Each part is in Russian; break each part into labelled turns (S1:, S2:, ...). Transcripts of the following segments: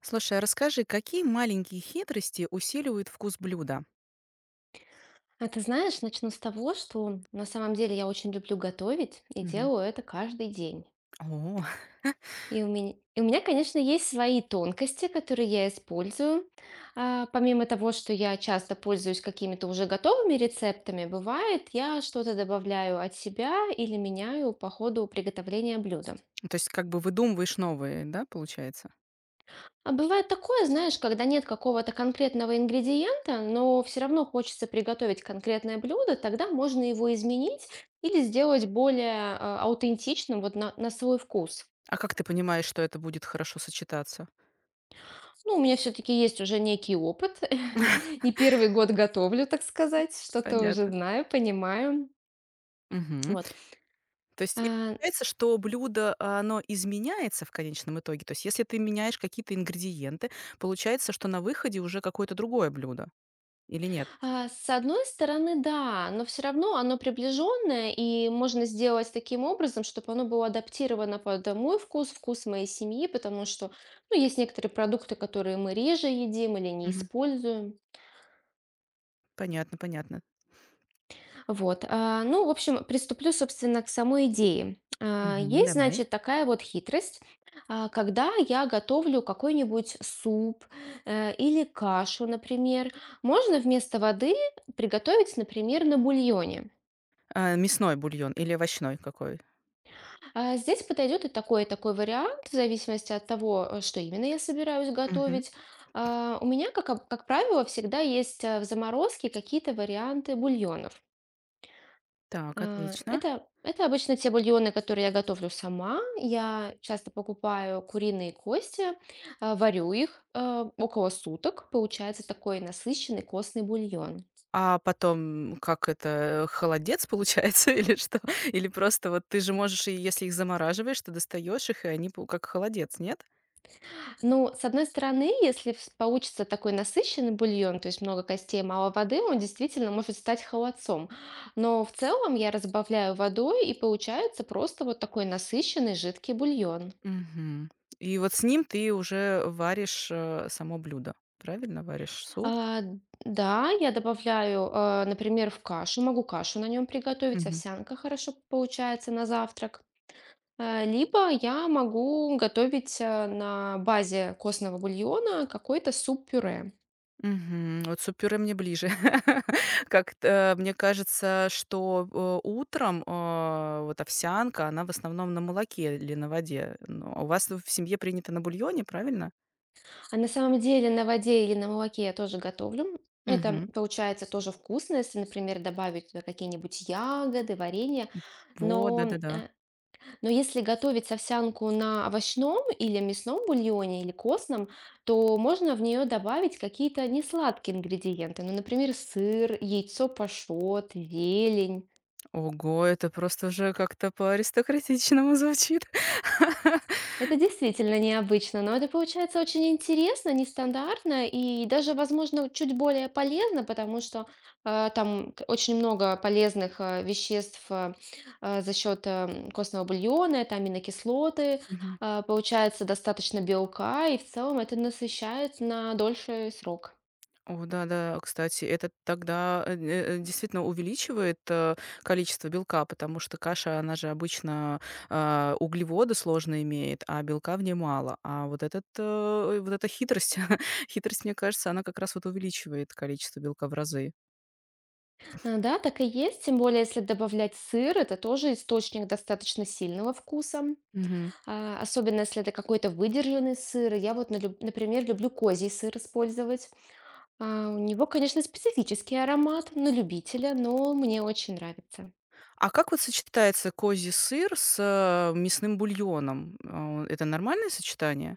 S1: Слушай, а расскажи, какие маленькие хитрости усиливают вкус блюда?
S2: А ты знаешь, начну с того, что на самом деле я очень люблю готовить и
S1: Мгм.
S2: делаю это каждый день.
S1: О,
S2: И у меня, конечно, есть свои тонкости, которые я использую. Помимо того, что я часто пользуюсь какими-то уже готовыми рецептами, бывает, я что-то добавляю от себя или меняю по ходу приготовления блюда.
S1: ну, то есть как бы выдумываешь новые, да, получается?
S2: А бывает такое, знаешь, когда нет какого-то конкретного ингредиента, но все равно хочется приготовить конкретное блюдо, тогда можно его изменить или сделать более аутентичным вот на свой вкус.
S1: А как ты понимаешь, что это будет хорошо сочетаться?
S2: Ну, у меня все-таки есть уже некий опыт. Не первый год готовлю, так сказать, что-то уже
S1: Понятно.
S2: знаю, понимаю.
S1: Мгм.
S2: Вот.
S1: То есть и
S2: А,
S1: получается, что блюдо, оно изменяется в конечном итоге. То есть если ты меняешь какие-то ингредиенты, получается, что на выходе уже какое-то другое блюдо или нет?
S2: С одной стороны, да, но все равно оно приближенное, и можно сделать таким образом, чтобы оно было адаптировано под мой вкус, вкус моей семьи, потому что, ну, есть некоторые продукты, которые мы реже едим или не
S1: Мгм.
S2: используем.
S1: Понятно, понятно.
S2: Вот. Ну, в общем, приступлю, собственно, к самой идее.
S1: Мгм,
S2: Есть,
S1: давай.
S2: значит, такая вот хитрость, когда я готовлю какой-нибудь суп или кашу, например, можно вместо воды приготовить, например, на бульоне.
S1: А мясной бульон или овощной какой?
S2: Здесь подойдет и такой вариант, в зависимости от того, что именно я собираюсь
S1: Мгм.
S2: готовить. У меня, как, как правило, всегда есть в заморозке какие-то варианты бульонов.
S1: Так, отлично.
S2: Это обычно те бульоны, которые я готовлю сама. Я часто покупаю куриные кости, варю их около суток. Получается такой насыщенный костный бульон.
S1: А потом, как это, холодец получается или что? Или просто вот ты же можешь, и если их замораживаешь, ты достаешь их, и они пу как холодец, нет?
S2: Ну, с одной стороны, если получится такой насыщенный бульон, то есть много костей, мало воды, он действительно может стать холодцом. Но в целом я разбавляю водой, и получается просто вот такой насыщенный жидкий бульон.
S1: Мгм. И вот с ним ты уже варишь, само блюдо. Правильно варишь суп?
S2: А, да, я добавляю, например, в кашу, могу кашу на нем приготовить,
S1: Мгм.
S2: овсянка хорошо получается на завтрак. Либо я могу готовить на базе костного бульона какой-то суп-пюре.
S1: Мгм. Вот суп-пюре мне ближе. Как-то мне кажется, что, утром, вот овсянка, она в основном на молоке или на воде. Ну, а у вас в семье принято на бульоне, правильно?
S2: А на самом деле на воде или на молоке я тоже готовлю. Это
S1: Мгм.
S2: получается тоже вкусно, если, например, добавить туда какие-нибудь ягоды, варенье.
S1: Вот,
S2: Но,
S1: да-да-да.
S2: э, но если готовить овсянку на овощном или мясном бульоне или костном, то можно в нее добавить какие-то несладкие ингредиенты. Ну, например, сыр, яйцо пашот, зелень.
S1: Ого, это просто уже как-то по-аристократичному звучит.
S2: Это действительно необычно, но это получается очень интересно, нестандартно и даже, возможно, чуть более полезно, потому что там очень много полезных веществ за счет костного бульона, это аминокислоты,
S1: Мгм.
S2: получается достаточно белка, и в целом это насыщает на дольший срок.
S1: О да-да, кстати, это тогда, действительно увеличивает, количество белка, потому что каша, она же обычно, углеводы сложно имеет, а белка в ней мало. А вот этот, вот эта хитрость, хитрость, мне кажется, она как раз вот увеличивает количество белка в разы.
S2: Да, так и есть, тем более, если добавлять сыр, это тоже источник достаточно сильного вкуса.
S1: Мгм.
S2: Особенно если это какой-то выдержанный сыр. Я вот, например, люблю козий сыр использовать. У него, конечно, специфический аромат на любителя, но мне очень нравится.
S1: А как вот сочетается козий сыр с, мясным бульоном? А, это нормальное сочетание?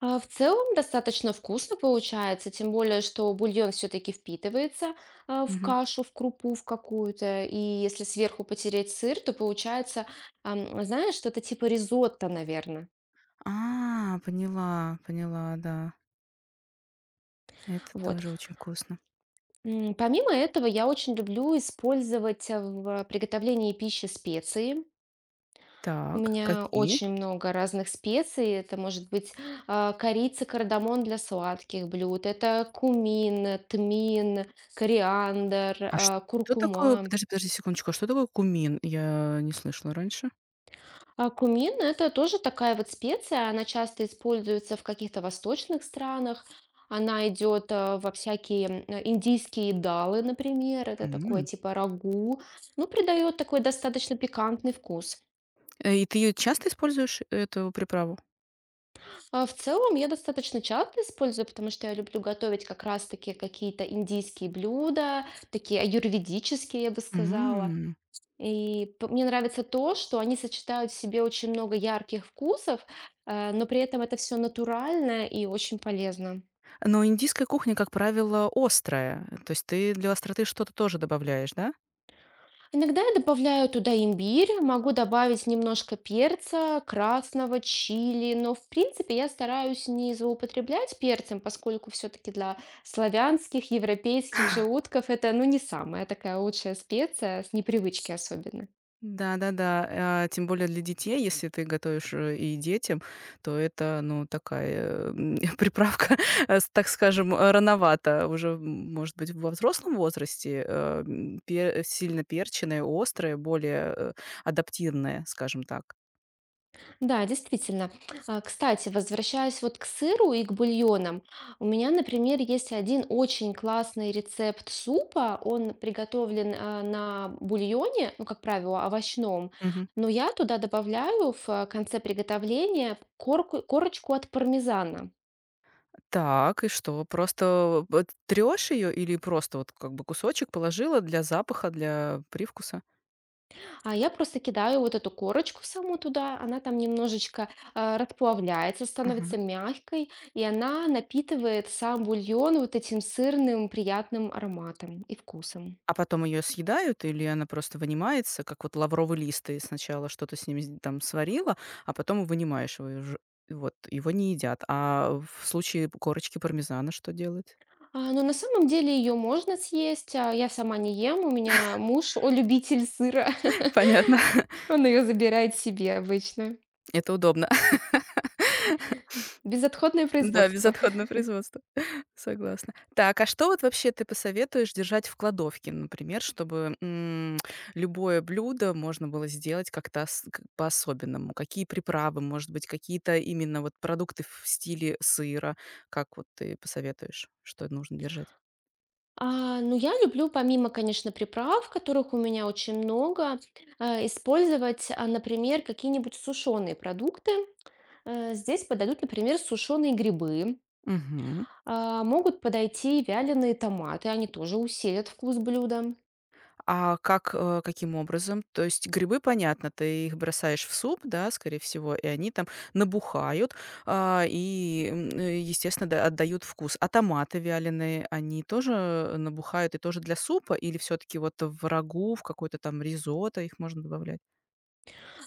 S2: В целом достаточно вкусно получается, тем более, что бульон все-таки впитывается в кашу, в крупу, в какую-то. И если сверху потереть сыр, то получается, знаешь, что-то типа ризотто, наверное.
S1: А, поняла, поняла, да. Это
S2: Вот.
S1: тоже очень вкусно.
S2: Помимо этого, я очень люблю использовать в приготовлении пищи специи. У
S1: Так,
S2: меня
S1: какие?
S2: очень много разных специй. Это может быть корица, кардамон для сладких блюд. Это кумин, тмин, кориандр,
S1: А что такое
S2: куркума.
S1: подожди секундочку, а что такое кумин? Я не слышала раньше.
S2: А кумин– это тоже такая вот специя. Она часто используется в каких-то восточных странах. Она идет во всякие индийские далы, например. Это такое
S1: М.
S2: типа рагу. Ну, придает такой достаточно пикантный вкус.
S1: И ты её часто используешь, эту приправу?
S2: В целом я достаточно часто использую, потому что я люблю готовить как раз-таки какие-то индийские блюда, такие аюрведические, я бы сказала.
S1: М.
S2: И мне нравится то, что они сочетают в себе очень много ярких вкусов, но при этом это все натурально и очень полезно.
S1: Но индийская кухня, как правило, острая. То есть ты для остроты что-то тоже добавляешь, да?
S2: Иногда я добавляю туда имбирь, могу добавить немножко перца, красного чили, но в принципе я стараюсь не злоупотреблять перцем, поскольку все-таки для славянских, европейских желудков это ну не самая такая лучшая специя, с непривычки особенно.
S1: Да-да-да, тем более для детей, если ты готовишь, и детям, то это, ну, такая, приправка, э, с так скажем, рановато. Уже, может быть, во взрослом возрасте, э, м, пе сильно перченая, острая, более, адаптивная, скажем так.
S2: Да, действительно. Кстати, возвращаясь вот к сыру и к бульонам, у меня, например, есть один очень классный рецепт супа. Он приготовлен на бульоне, ну, как правило, овощном,
S1: Мгм.
S2: но я туда добавляю в конце приготовления корочку от пармезана.
S1: Так, и что? Просто вот ее или просто вот как бы кусочек положила для запаха, для привкуса?
S2: А я просто кидаю вот эту корочку саму туда, она там немножечко расплавляется, становится мягкой, и она напитывает сам бульон вот этим сырным приятным ароматом и вкусом.
S1: А потом ее съедают или она просто вынимается, как вот лавровый лист? Ты сначала что-то с ним сд там сварила, а потом вынимаешь его уже. Вот, его не едят. А в случае корочки пармезана что делать?
S2: Но на самом деле ее можно съесть. Я сама не ем. У меня муж, он любитель сыра.
S1: Понятно.
S2: Он ее забирает себе обычно.
S1: Это удобно.
S2: Безотходное
S1: Да,
S2: производство.
S1: безотходное производство. Согласна. Так, а что вот вообще ты посоветуешь держать в кладовке, например, чтобы, любое блюдо можно было сделать как-то ос к по-особенному? Какие приправы, может быть, какие-то именно вот продукты в стиле сыра? Как вот ты посоветуешь, что нужно держать?
S2: Ну, я люблю помимо, конечно, приправ, которых у меня очень много, использовать, например, какие-нибудь сушеные продукты. Здесь подойдут, например, сушеные грибы.
S1: Мгм.
S2: Могут подойти вяленые томаты, они тоже усилят вкус блюда.
S1: А как, каким образом? То есть грибы, понятно, ты их бросаешь в суп, да, скорее всего, и они там набухают, естественно, да, отдают вкус. А томаты вяленые, они тоже набухают и тоже для супа? Или все-таки вот в рагу, в какой-то там ризотто их можно добавлять?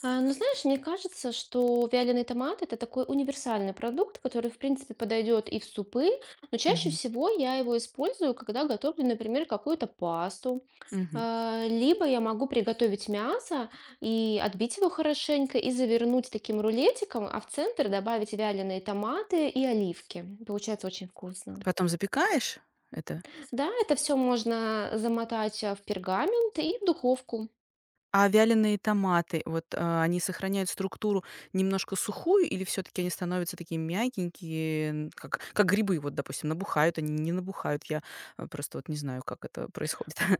S2: Но знаешь, мне кажется, что вяленый томат это такой универсальный продукт, который, в принципе, подойдет и в супы, но чаще
S1: Мгм.
S2: всего я его использую, когда готовлю, например, какую-то пасту.
S1: Мгм.
S2: Либо я могу приготовить мясо и отбить его хорошенько и завернуть таким рулетиком, а в центр добавить вяленые томаты и оливки. Получается очень вкусно.
S1: Потом запекаешь это?
S2: Да, это все можно замотать в пергамент и в духовку.
S1: А вяленые томаты, вот, они сохраняют структуру немножко сухую или все таки они становятся такие мягенькие, н как грибы, вот, допустим, набухают они, не набухают? Просто вот не знаю, как это происходит.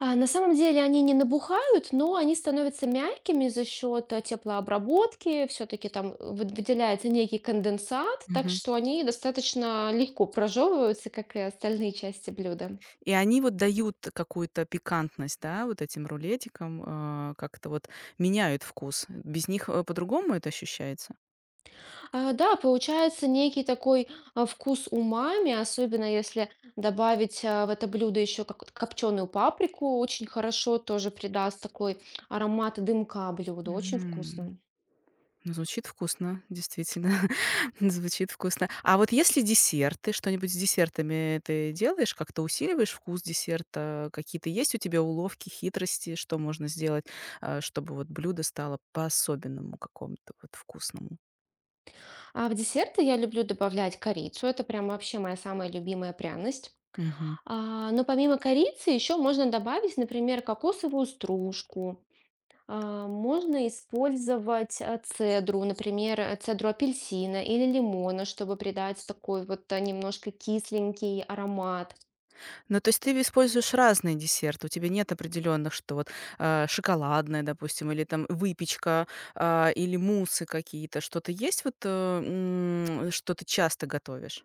S2: На самом деле они не набухают, но они становятся мягкими за счет теплообработки. Все-таки там выделяется некий конденсат, так
S1: Мгм.
S2: что они достаточно легко прожевываются, как и остальные части блюда.
S1: И они вот дают какую-то пикантность, да, вот этим рулетикам, как-то вот меняют вкус. Без них, по-другому это ощущается?
S2: Да, получается некий такой, вкус умами, особенно если добавить, в это блюдо еще как вот копченую паприку, очень хорошо тоже придаст такой аромат дымка блюду, очень
S1: М.
S2: вкусный.
S1: Ну, звучит вкусно, действительно. Звучит вкусно. А вот если десерты, что-нибудь с десертами ты делаешь? Как-то усиливаешь вкус десерта? Какие-то есть у тебя уловки, хитрости, что можно сделать, чтобы вот блюдо стало по-особенному какому-то вот вкусному?
S2: А в десерты я люблю добавлять корицу, это прям вообще моя самая любимая пряность.
S1: Мгм.
S2: Но помимо корицы еще можно добавить, например, кокосовую стружку. Можно использовать цедру, например, цедру апельсина или лимона, чтобы придать такой вот немножко кисленький аромат.
S1: Ну, то есть ты используешь разные десерты, у тебя нет определенных, что вот шоколадное, допустим, или там выпечка, или мусы какие-то, что-то есть вот, что ты часто готовишь?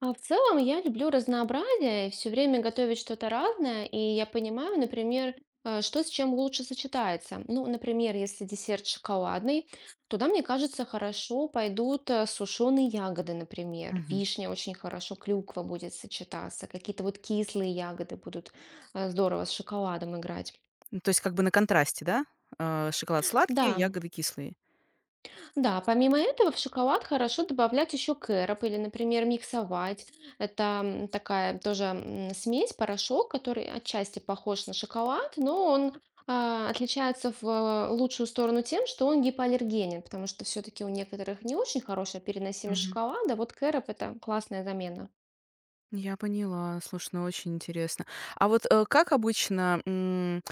S2: А в целом я люблю разнообразие, все время готовить что-то разное, и я понимаю, например, что с чем лучше сочетается. Ну, например, если десерт шоколадный, туда, мне кажется, хорошо пойдут сушеные ягоды, например. Вишня очень хорошо, клюква будет сочетаться, какие-то вот кислые ягоды будут здорово с шоколадом играть.
S1: Ну, то есть как бы на контрасте, да? Шоколад сладкий,
S2: Да,
S1: ягоды кислые.
S2: да, помимо этого в шоколад хорошо добавлять еще кэроп или, например, миксовать. Это такая тоже смесь, порошок, который отчасти похож на шоколад, но он отличается в лучшую сторону тем, что он гипоаллергенен, потому что все-таки у некоторых не очень хорошая переносимость
S1: Мгм.
S2: шоколада. Вот кэроп это классная замена.
S1: Я поняла. Слушай, ну очень интересно. А вот, как обычно,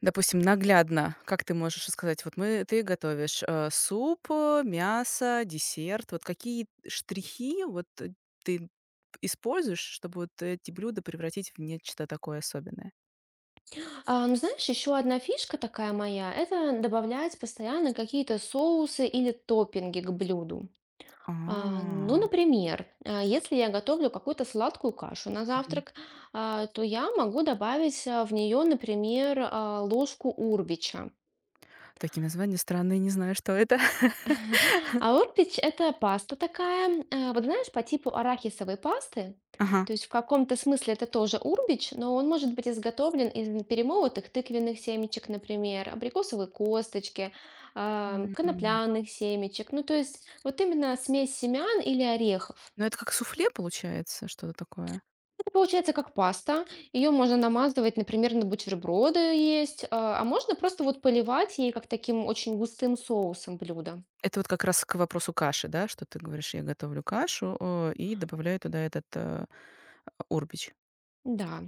S1: допустим, наглядно, как ты можешь сказать, вот мы ты готовишь, суп, мясо, десерт. Вот какие штрихи вот, ты используешь, чтобы вот эти блюда превратить в нечто такое особенное?
S2: Ну, знаешь, еще одна фишка такая моя, это добавлять постоянно какие-то соусы или топпинги к блюду.
S1: А,
S2: Ну, например, если я готовлю какую-то сладкую кашу на
S1: мгм.
S2: завтрак, то я могу добавить в нее, например, ложку урбича.
S1: Такие названия странные, не знаю, что это.
S2: А урбич– это паста такая, вот знаешь, по типу арахисовой пасты.
S1: Ага.
S2: То есть в каком-то смысле это тоже урбич, но он может быть изготовлен из перемолотых тыквенных семечек, например, абрикосовой косточки,
S1: М.
S2: конопляных семечек. Ну, то есть вот именно смесь семян или орехов.
S1: Ну, это как суфле получается, что-то такое?
S2: Ну, получается как паста. Ее можно намазывать, например, на бутерброды есть, а можно просто вот поливать ей как таким очень густым соусом блюдо.
S1: Это вот как раз к вопросу каши, да, что ты говоришь: "Я готовлю кашу, и добавляю туда этот, урбич".
S2: Да.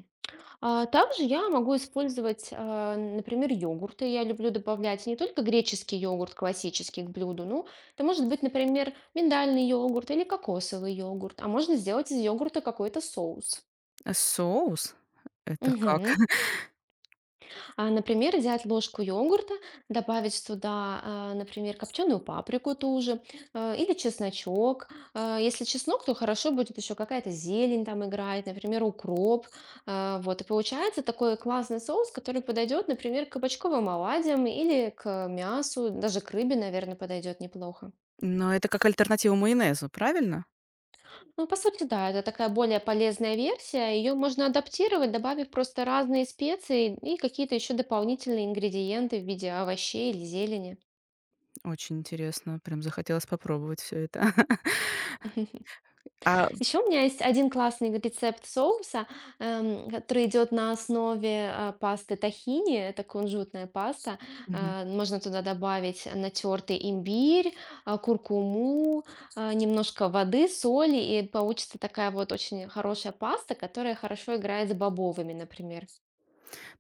S2: А также я могу использовать, например, йогурты. Я люблю добавлять не только греческий йогурт классический к блюду, ну, это может быть, например, миндальный йогурт или кокосовый йогурт, а можно сделать из йогурта какой-то соус.
S1: А соус — это как?
S2: Мгм. Например, взять ложку йогурта, добавить туда, например, копченую паприку ту же, или чесночок. Если чеснок, то хорошо будет еще какая-то зелень там играть, например, укроп. Вот, и получается такой классный соус, который подойдет, например, к кабачковым оладьям или к мясу, даже к рыбе, наверное, подойдет неплохо.
S1: Но это как альтернатива майонезу, правильно?
S2: Ну, по сути, да, это такая более полезная версия. Ее можно адаптировать, добавив просто разные специи и какие-то еще дополнительные ингредиенты в виде овощей или зелени.
S1: Очень интересно, прям захотелось попробовать все это. А
S2: Еще у меня есть один классный рецепт соуса, который идет на основе, пасты тахини. Это кунжутная паста.
S1: мгм.
S2: Можно туда добавить натертый имбирь, куркуму, немножко воды, соли, и получится такая вот очень хорошая паста, которая хорошо играет с бобовыми, например.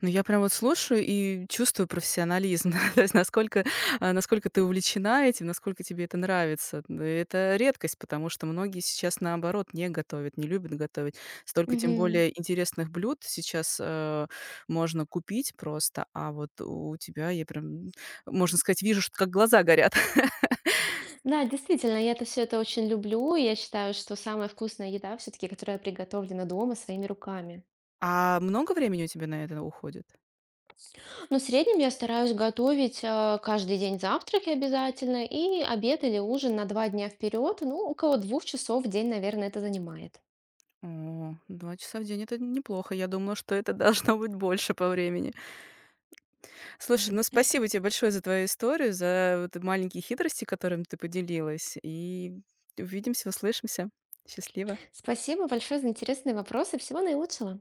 S1: Ну, я прям вот слушаю и чувствую профессионализм, то есть насколько, насколько ты увлечена этим, насколько тебе это нравится. Н Это редкость, потому что многие сейчас, наоборот, не готовят, не любят готовить. Столько, тем
S2: Мгм.
S1: более, интересных блюд сейчас, можно купить просто, а вот у тебя я прям, можно сказать, вижу, что как глаза горят.
S2: Да, действительно, я все это очень люблю. И я считаю, что самая вкусная еда все-таки, которая приготовлена дома своими руками.
S1: А много времени у тебя на это уходит?
S2: Ну, в среднем я стараюсь готовить каждый день завтраки обязательно и обед или ужин на 2 дня вперед. Ну, около 2 часов в день, наверное, это занимает.
S1: О, 2 часа в день — это неплохо. Я думала, что это должно быть больше по времени. Слушай, ну
S2: Мгм.
S1: спасибо тебе большое за твою историю, за вот маленькие хитрости, которыми ты поделилась. И увидимся, услышимся. Счастливо.
S2: Спасибо большое за интересные вопросы. Всего наилучшего.